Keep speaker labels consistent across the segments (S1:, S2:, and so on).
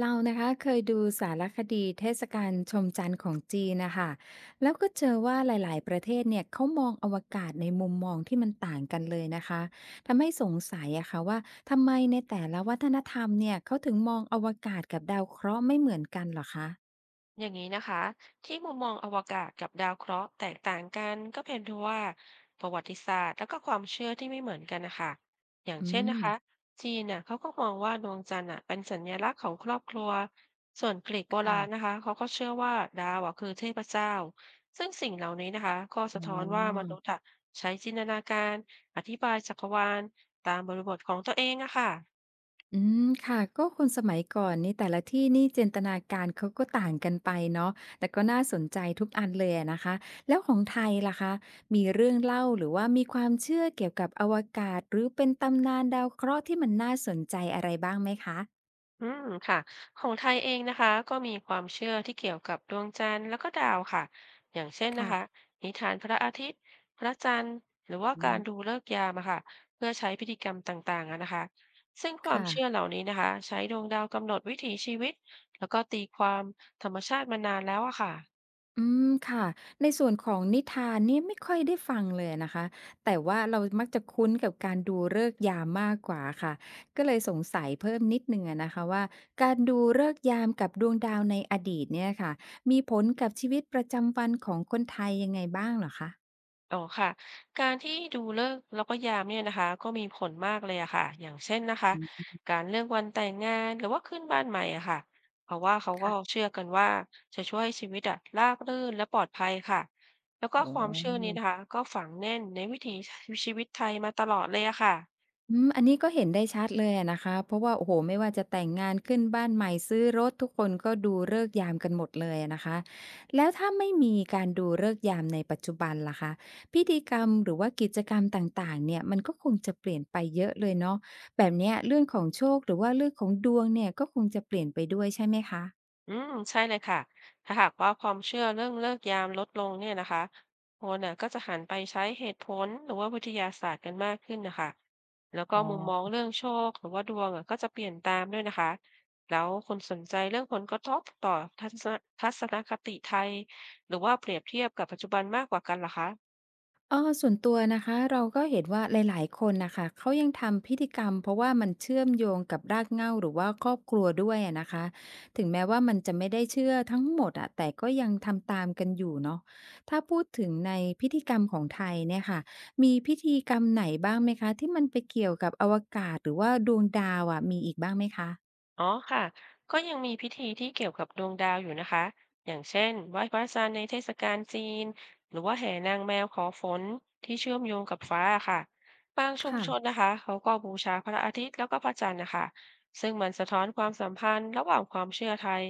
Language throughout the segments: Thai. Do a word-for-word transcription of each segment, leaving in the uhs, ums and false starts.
S1: เรานะคะเคยดูสารคดีเทศกาลชมจันทร์ของจีนนะคะแล้วก็เจอว่าหลายๆประเทศเนี่ยเขามองอวกาศในมุมมองที่มันต่างกันเลยนะคะทำให้สงสัยอะค่ะว่าทำไมในแต่ละวัฒนธรรมเนี่ยเขาถึงมองอวกาศกับดาวเคราะห์ไม่เหมือนกันเหรอคะ
S2: อย่างนี้นะคะที่มุมมองอวกาศกับดาวเคราะห์แตกต่างกันก็เป็นเพราะว่าประวัติศาสตร์แล้วก็ความเชื่อที่ไม่เหมือนกันนะคะอย่าง
S1: อื
S2: เช่นนะ
S1: ม
S2: คะจีนน่ะเขาก็มองว่าดวงจันทร์น่ะเป็นสัญลักษณ์ของครอบครัวส่วนกรีกโบราณนะ
S1: ค่ะ
S2: คะเขาก็เชื่อว่าดาวอ่ะคือเทพเจ้าซึ่งสิ่งเหล่านี้นะคะก็สะ
S1: อ๋
S2: ท้อนว่ามนุษย์
S1: อ
S2: อ่ะใช้จินตนาการอธิบายจักรวาลตามบริบทของตัวเองอะค่ะ
S1: อืมค่ะก็คนสมัยก่อนนี่แต่ละที่นี่จินตนาการเขาก็ต่างกันไปเนาะแต่ก็น่าสนใจทุกอันเลยอะนะคะแล้วของไทยล่ะคะมีเรื่องเล่าหรือว่ามีความเชื่อเกี่ยวกับอวกาศหรือเป็นตำนานดาวเคราะห์ที่มันน่าสนใจอะไรบ้างไหมคะ
S2: อืมค่ะของไทยเองนะคะก็มีความเชื่อที่เกี่ยวกับดวงจันทร์แล้วก็ดาวค่ะอย่างเช่นนะคะ
S1: ค่ะ
S2: นิทานพระอาทิตย์พระจันทร์หรือว่า
S1: อื
S2: การ
S1: ม
S2: ดูฤกษ์ยามอะค่ะเพื่อใช้พิธีกรรมต่างๆอะนะคะซึ่งความ
S1: ค่ะ
S2: เชื่อเหล่านี้นะคะใช้ดวงดาวกำหนดวิถีชีวิตแล้วก็ตีความธรรมชาติมานานแล้วอะค่ะ
S1: อืมค่ะในส่วนของนิทานเนี่ยไม่ค่อยได้ฟังเลยนะคะแต่ว่าเรามักจะคุ้นกับการดูฤกษ์ยามมากกว่าค่ะก็เลยสงสัยเพิ่มนิดหนึ่งอะนะคะว่าการดูฤกษ์ยามกับดวงดาวในอดีตเนี่ยค่ะมีผลกับชีวิตประจำวันของคนไทยยังไงบ้างเหรอคะ
S2: อ๋อค่ะการที่ดูฤกษ์แล้วก็ยามเนี่ยนะคะก็มีผลมากเลยอะค่ะอย่างเช่นนะคะ
S1: อืม
S2: การเลือกวันแต่งงานหรือว่าขึ้นบ้านใหม่อะค่ะเพราะว่าเขาก็
S1: ค่ะ
S2: เชื่อกันว่าจะช่วยให้ชีวิตอะราบรื่นและปลอดภัยค่ะแล้วก็
S1: อ๋
S2: ความเชื่อนี้นะ
S1: อ
S2: คะก็ฝังแน่นในวิถีชีวิตไทยมาตลอดเลยอะค่ะ
S1: อืมอันนี้ก็เห็นได้ชัดเลยอะนะคะเพราะว่าโอ้โฮไม่ว่าจะแต่งงานขึ้นบ้านใหม่ซื้อรถทุกคนก็ดูฤกษ์ยามกันหมดเลยอะนะคะแล้วถ้าไม่มีการดูฤกษ์ยามในปัจจุบันล่ะคะพิธีกรรมหรือว่ากิจกรรมต่างๆเนี่ยมันก็คงจะเปลี่ยนไปเยอะเลยเนาะแบบเนี้ยเรื่องของโชคหรือว่าเรื่องของดวงเนี่ยก็คงจะเปลี่ยนไปด้วยใช่ไหมคะ
S2: อืมใช่เลยค่ะ ถ้าหากว่าความเชื่อเรื่องเลิกยามลดลงเนี่ยนะคะ คนน่ะก็จะหันไปใช้เหตุผลหรือว่าวิทยาศาสตร์กันมากขึ้นนะคะ แล้วก็
S1: อ๋อ
S2: มุมมองเรื่องโชคหรือว่าดวงอ่ะก็จะเปลี่ยนตามด้วยนะคะ แล้วคนสนใจเรื่องผลกระทบต่อทัศนทัศนคติไทยหรือว่าเปรียบเทียบกับปัจจุบันมากกว่ากันเหรอคะ
S1: เออส่วนตัวนะคะเราก็เห็นว่าหลายๆคนนะคะเขายังทำพิธีกรรมเพราะว่ามันเชื่อมโยงกับรากเหง้าหรือว่าครอบครัวด้วยอะนะคะถึงแม้ว่ามันจะไม่ได้เชื่อทั้งหมดอะแต่ก็ยังทำตามกันอยู่เนาะถ้าพูดถึงในพิธีกรรมของไทยเนี่ยค่ะมีพิธีกรรมไหนบ้างไหมคะที่มันไปเกี่ยวกับอวกาศหรือว่าดวงดาวอะมีอีกบ้างไหมคะ
S2: อ๋อค่ะ ก็ยังมีพิธีที่เกี่ยวกับดวงดาวอยู่นะคะ อย่างเช่นไหว้พระจันทร์ในเทศกาลจีน หรือว่าแห่นางแมวขอฝนที่เชื่อมโยงกับฟ้าค่ะ บางชุมชน
S1: ค่ะ
S2: นะคะเขาก็บูชาพระอาทิตย์แล้วก็พระจันทร์นะคะ ซึ่งมันสะท้อนความสัมพันธ์ระหว่างความเชื่อไทย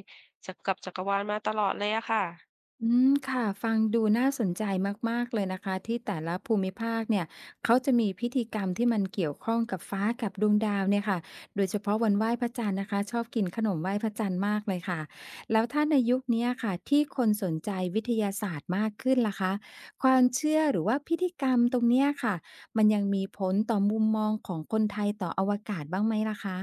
S2: กับจักรวาลมาตลอดเลยอะค่ะ
S1: อืมค่ะฟังดูน่าสนใจมากๆเลยนะคะที่แต่ละภูมิภาคเนี่ยเขาจะมีพิธีกรรมที่มันเกี่ยวข้องกับฟ้ากับดวงดาวเนี่ยค่ะโดยเฉพาะวันไหว้พระจันทร์นะคะชอบกินขนมไหว้พระจันทร์มากเลยค่ะแล้วถ้าในยุคเนี้ยค่ะที่คนสนใจวิทยาศาสตร์มากขึ้นล่ะคะความเชื่อหรือว่าพิธีกรรมตรงเนี้ยค่ะมันยังมีผลต่อมุมมองของคนไทยต่ออวกาศบ้างไหมล่ะคะ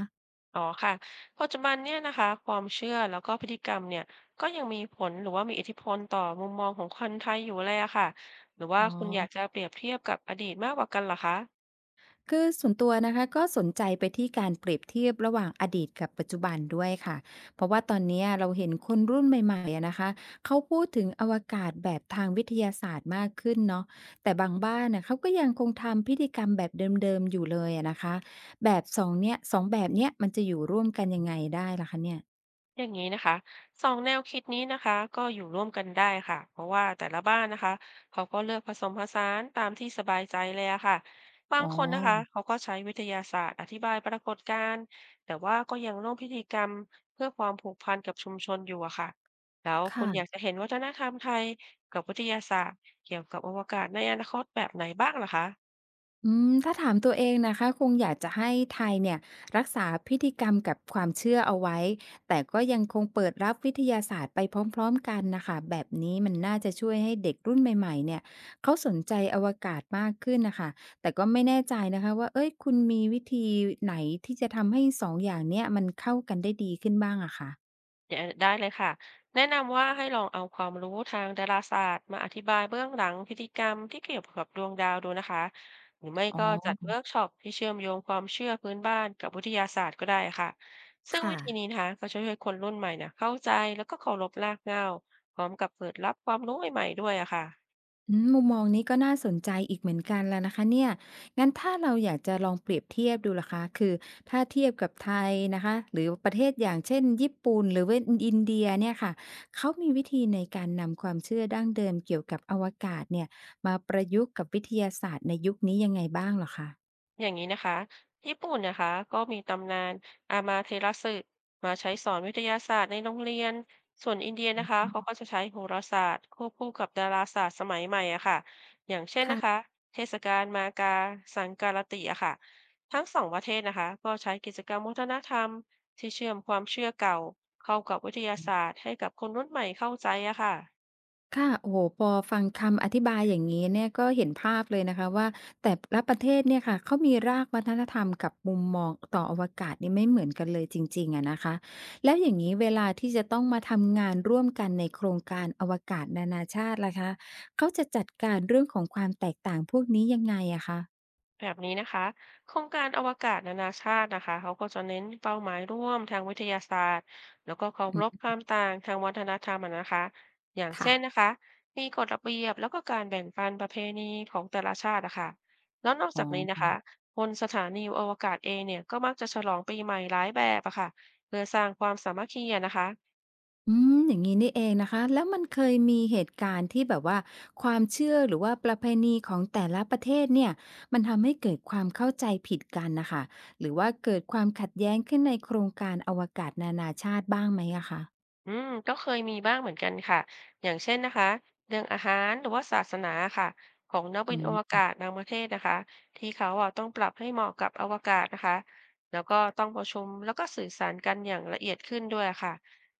S2: อ๋อค่ะปัจจุบันเนี่ยนะคะความเชื่อแล้วก็พฤติกรรมเนี่ยก็ยังมีผลหรือว่ามีอิทธิพลต่อมุมมองของคนไทยอยู่เลยอะค่ะ หรือว่า
S1: อ๋อ
S2: คุณอยากจะเปรียบเทียบกับอดีตมากกว่ากันเหรอคะ
S1: คือส่วนตัวนะคะก็สนใจไปที่การเปรียบเทียบระหว่างอดีตกับปัจจุบันด้วยค่ะเพราะว่าตอนเนี้ยเราเห็นคนรุ่นใหม่ๆอะนะคะเขาพูดถึงอวกาศแบบทางวิทยาศาสตร์มากขึ้นเนาะแต่บางบ้านน่ะเขาก็ยังคงทำพิธีกรรมแบบเดิมๆอยู่เลยอะนะคะแบบสองเนี้ยสองแบบเนี้ยมันจะอยู่ร่วมกันยังไงได้ล่ะคะเนี่ย
S2: อย่างนี้นะคะสองแนวคิดนี้นะคะก็อยู่ร่วมกันได้ค่ะเพราะว่าแต่ละบ้านนะคะเขาก็เลือกผสมผสานตามที่สบายใจเลยอะค่ะบาง
S1: อ๋อ
S2: คนนะคะเขาก็ใช้วิทยาศาสตร์อธิบายปรากฏการณ์แต่ว่าก็ยังร่วมพิธีกรรมเพื่อความผูกพันกับชุมชนอยู่อะค่ะแล้วคุณอยาก
S1: ค่ะ
S2: จะเห็นวัฒนธรรมไทยกับวิทยาศาสตร์เกี่ยวกับอวกาศในอนาคตแบบไหนบ้างล่ะคะ
S1: อืมถ้าถามตัวเองนะคะคงอยากจะให้ไทยเนี่ยรักษาพิธีกรรมกับความเชื่อเอาไว้แต่ก็ยังคงเปิดรับวิทยาศาสตร์ไปพร้อมๆกันน่ะค่ะแบบนี้มันน่าจะช่วยให้เด็กรุ่นใหม่ๆเนี่ยเขาสนใจอวกาศมากขึ้นน่ะค่ะแต่ก็ไม่แน่ใจนะคะว่าเอ๊ยคุณมีวิธีไหนที่จะทำให้สองอย่างเนี้ยมันเข้ากันได้ดีขึ้นบ้างอะคะ
S2: เดี๋ยวได้เลยค่ะแนะนำว่าให้ลองเอาความรู้ทางดาราศาสตร์มาอธิบายเบื้องหลังพฤติกรรมที่เกี่ยวกับดวงดาวดูนะคะหรือไม่
S1: อ๋
S2: ก็จัด
S1: อ
S2: เวิร์กช็อปที่เชื่อมโยงความเชื่อพื้นบ้านกับวิทยาศาสตร์ก็ได้ค่ะซึ่งวิ
S1: ค่ะ
S2: ธีนี้นะคะก็จะช่วยให้คนรุ่นใหม่เนี่ยเข้าใจแล้วก็เคารพรากเหง้าพร้อมกับเปิดรับความรู้ใหม่ๆด้วยอะค่ะ
S1: อืมมุมมองนี้ก็น่าสนใจอีกเหมือนกันแล้วนะคะเนี่ยงั้นถ้าเราอยากจะลองเปรียบเทียบดูล่ะคะคือถ้าเทียบกับไทยนะคะหรือประเทศอย่างเช่นญี่ปุ่นหรือว่าอินเดียเนี่ยค่ะเขามีวิธีในการนำความเชื่อดั้งเดิมเกี่ยวกับอวกาศเนี่ยมาประยุกต์กับวิทยาศาสตร์ในยุคนี้ยังไงบ้างเหรอค
S2: อย่างนี้นะคะญี่ปุ่นนะคะก็มีตำนานอามาเทรัสึมาใช้สอนวิทยาศาสตร์ในโรงเรียนส่วนอินเดียนะคะเขาก็จะใช้โหราศาสตร์ควบคู่กับดาราศาสตร์สมัยใหม่อะค่ะอย่างเช่น
S1: ะ
S2: นะคะเทศกาลมากาสังการติอะค่ะทั้งสองประเทศนะคะก็ใช้กิจกรรมวัฒนธรรมที่เชื่อมความเชื่อเก่าเข้ากับวิทยาศาสตร์ให้กับคนรุ่นใหม่เข้าใจอะค่ะ
S1: ค่ะโอ้โฮพอฟังคำอธิบายอย่างงี้เนี่ยก็เห็นภาพเลยนะคะว่าแต่ละประเทศเนี่ยค่ะเขามีรากวัฒนธรรมกับมุมมองต่ออวกาศนี่ไม่เหมือนกันเลยจริงๆอะนะคะแล้วอย่างงี้เวลาที่จะต้องมาทำงานร่วมกันในโครงการอวกาศนานาชาติล่ะคะเขาจะจัดการเรื่องของความแตกต่างพวกนี้ยังไงอะคะ
S2: แบบนี้นะคะโครงการอวกาศนานาชาตินะคะเขาก็จะเน้นเป้าหมายร่วมทางวิทยาศาสตร์แล้วก็เคา
S1: อื
S2: รพ
S1: ม
S2: ความต่างทางวัฒนธรรมอะนะคะอย่างเช่
S1: ค่ะ
S2: นนะคะมีกฎระเบียบแล้วก็การแบ่งปันประเพณีของแต่ละชาตินะคะแล้วนอก
S1: อ๋
S2: จากนี้นะ
S1: อ
S2: คะบนสถานีอวกาศเองเนี่ยก็มักจะฉลองปีใหม่หลายแบบอะค่ะเพื่อสร้างความสามัคคีอะนะคะ
S1: อืมอย่างงี้นี่เองนะคะแล้วมันเคยมีเหตุการณ์ที่แบบว่าความเชื่อหรือว่าประเพณีของแต่ละประเทศเนี่ยมันทำให้เกิดความเข้าใจผิดกันนะคะหรือว่าเกิดความขัดแย้งขึ้นในโครงการอวกาศนานาชาติบ้างไหมอะคะ
S2: อืมก็เคยมีบ้างเหมือนกันค่ะอย่างเช่นนะคะเรื่องอาหารหรือว่าศาสนาค่ะของนักบิ
S1: อื
S2: นอว
S1: ม
S2: กาศบางประเทศนะคะที่เขาอ่ะต้องปรับให้เหมาะกับอวกาศนะคะแล้วก็ต้องประชุมแล้วก็สื่อสารกันอย่างละเอียดขึ้นด้วยค่ะ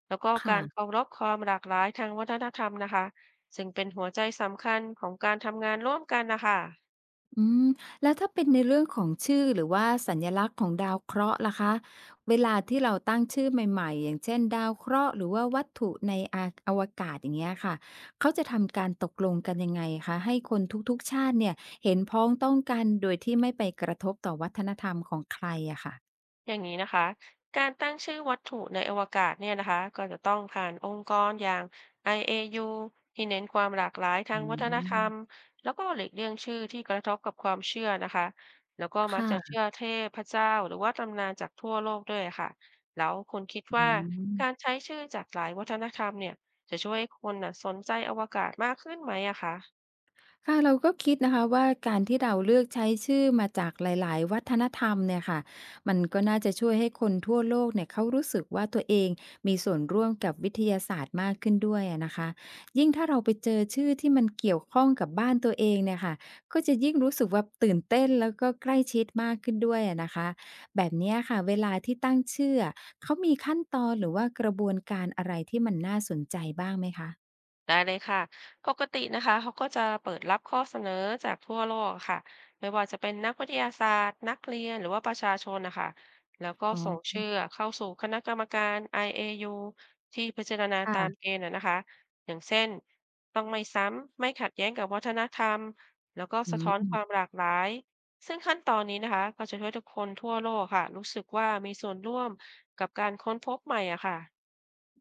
S2: แล้วก็
S1: ค่ะ
S2: การเคารพความหลากหลายทางวัฒนธรรมนะคะซึ่งเป็นหัวใจสำคัญของการทำงานร่วมกันนะคะ
S1: อืมแล้วถ้าเป็นในเรื่องของชื่อหรือว่าสัญลักษณ์ของดาวเคราะห์ล่ะคะเวลาที่เราตั้งชื่อใหม่ๆอย่างเช่นดาวเคราะห์หรือว่าวัตถุในอาอวกาศอย่างเงี้ยค่ะเขาจะทำการตกลงกันยังไงคะให้คนทุกๆชาติเนี่ยเห็นพ้องต้องกันโดยที่ไม่ไปกระทบต่อวัฒนธรรมของใครอะค่ะ
S2: อย่างนี้นะคะการตั้งชื่อวัตถุในอวกาศเนี่ยนะคะก็จะต้องผ่านองค์กรอย่าง ไอ เอ ยู ที่เน้นความหลากหลายทา
S1: อื
S2: งวัฒนธรรม
S1: ม
S2: แล้วก็หลีกเลี่ยงชื่อที่กระทบกับความเชื่อนะคะแล้วก็
S1: ค
S2: มักจะเชื่
S1: ่ะ
S2: อเทพพระเจ้าหรือว่าตำนานจากทั่วโลกด้วยค่ะแล้วคุณคิด
S1: อื
S2: ว่าการ
S1: ม
S2: ใช้ชื่อจากหลายวัฒนธรรมเนี่ยจะช่วยให้คนน่ะสนใจอวกาศมากขึ้นไหมอะคะ
S1: ค่ะเราก็คิดนะคะว่าการที่เราเลือกใช้ชื่อมาจากหลายๆวัฒนธรรมเนี่ยค่ะมันก็น่าจะช่วยให้คนทั่วโลกเนี่ยเขารู้สึกว่าตัวเองมีส่วนร่วมกับวิทยาศาสตร์มากขึ้นด้วยอะนะคะยิ่งถ้าเราไปเจอชื่อที่มันเกี่ยวข้องกับบ้านตัวเองเนี่ยค่ะก็จะยิ่งรู้สึกว่าตื่นเต้นแล้วก็ใกล้ชิดมากขึ้นด้วยอะนะคะแบบเนี้ยค่ะเวลาที่ตั้งชื่ออะเขามีขั้นตอนหรือว่ากระบวนการอะไรที่มันน่าสนใจบ้างไหมคะ
S2: ได้เลยค่ะปกตินะคะเขาก็จะเปิดรับข้อเสนอจากทั่วโลกค่ะไม่ว่าจะเป็นนักวิทยาศาสตร์นักเรียนหรือว่าประชาชนนะคะ แล้วก็
S1: อ๋
S2: ส่ง
S1: อ
S2: ชื่อเข้าสู่คณะกรรมการ ไอ เอ ยู ที่พิจารณาตามเก
S1: ค่ะ
S2: ณฑ์นะนะคะ อย่างเช่นต้องไม่ซ้ำไม่ขัดแย้งกับวัฒนธรรมแล้วก็สะ
S1: อื
S2: ท้อนความ
S1: ม
S2: หลากหลาย ซึ่งขั้นตอนนี้นะคะก็จะช่วยทุกคนทั่วโลกค่ะรู้สึกว่ามีส่วนร่วมกับการค้นพบใหม่อะค่ะ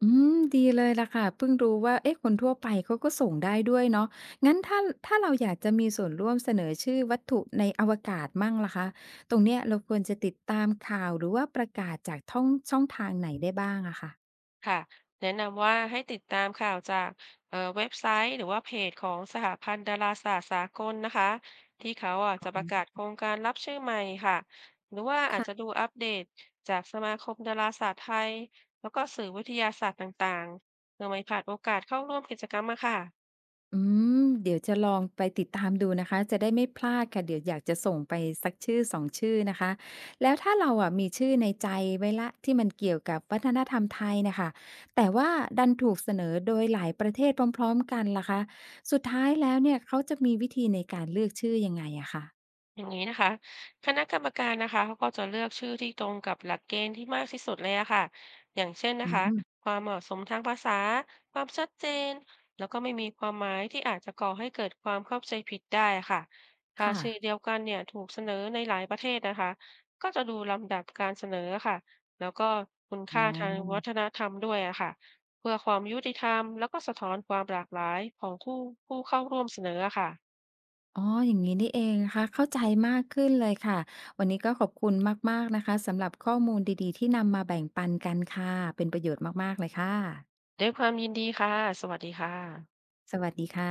S1: อืมดีเลยล่ะค่ะเพิ่งรู้ว่าเอ๊ะคนทั่วไปเขาก็ส่งได้ด้วยเนาะงั้นถ้าถ้าเราอยากจะมีส่วนร่วมเสนอชื่อวัตถุในอวกาศมั่งล่ะคะตรงเนี้ยเราควรจะติดตามข่าวหรือว่าประกาศจากท่องช่องทางไหนได้บ้างอะค่ะ
S2: ค่ะแนะนำว่าให้ติดตามข่าวจากเอ่อเว็บไซต์หรือว่าเพจของสหพันธ์ดาราศาสตร์สากลนะคะที่เขาอ่ะ
S1: อ๋
S2: จะประ
S1: อ
S2: กาศโครงการรับชื่อใหม่ค่ะหรือว่าอาจจะ
S1: ค่ะ
S2: ดูอัปเดตจากสมาคมดาราศาสตร์ไทยแล้วก็สื่อวิทยาศาสตร์ต่างๆเพื่อไม่พลาดโอกาสเข้าร่วมกิจกรรมอะค่ะ
S1: อืมเดี๋ยวจะลองไปติดตามดูนะคะจะได้ไม่พลาดค่ะเดี๋ยวอยากจะส่งไปสักชื่อสองชื่อนะคะแล้วถ้าเราอะมีชื่อในใจไว้ละที่มันเกี่ยวกับวัฒนธรรมไทยนะคะแต่ว่าดันถูกเสนอโดยหลายประเทศพร้อมๆกันล่ะคะสุดท้ายแล้วเนี่ยเขาจะมีวิธีในการเลือกชื่อยังไงอะคะ
S2: อย่างนี้นะคะคณะกรรมการนะคะเขาก็จะเลือกชื่อที่ตรงกับหลักเกณฑ์ที่มากที่สุดเลยอะค่ะอย่างเช่น
S1: อื
S2: นะคะ
S1: ม
S2: ความเหมาะสมทางภาษาความชัดเจนแล้วก็ไม่มีความหมายที่อาจจะก่อให้เกิดความเข้าใจผิดได้อะค่ะถ้า
S1: ค่ะ
S2: ชื่อเดียวกันเนี่ยถูกเสนอในหลายประเทศนะคะก็จะดูลำดับการเสนอค่ะแล้วก็คุณ
S1: อ๋อ
S2: ค่าทางวัฒนธรรมด้วยอะค่ะเพื่อความยุติธรรมแล้วก็สะท้อนความหลากหลายของผู้ผู้เข้าร่วมเสนออะค่ะ
S1: อ๋ออย่างนี้นี่เองนะคะเข้าใจมากขึ้นเลยค่ะ วันนี้ก็ขอบคุณมากๆนะคะสำหรับข้อมูลดีๆที่นำมาแบ่งปันกันค่ะ เป็นประโยชน์มากๆเลยค่ะ
S2: ด้วยความยินดีค่ะสวัสดีค่ะ
S1: สวัสดีค่ะ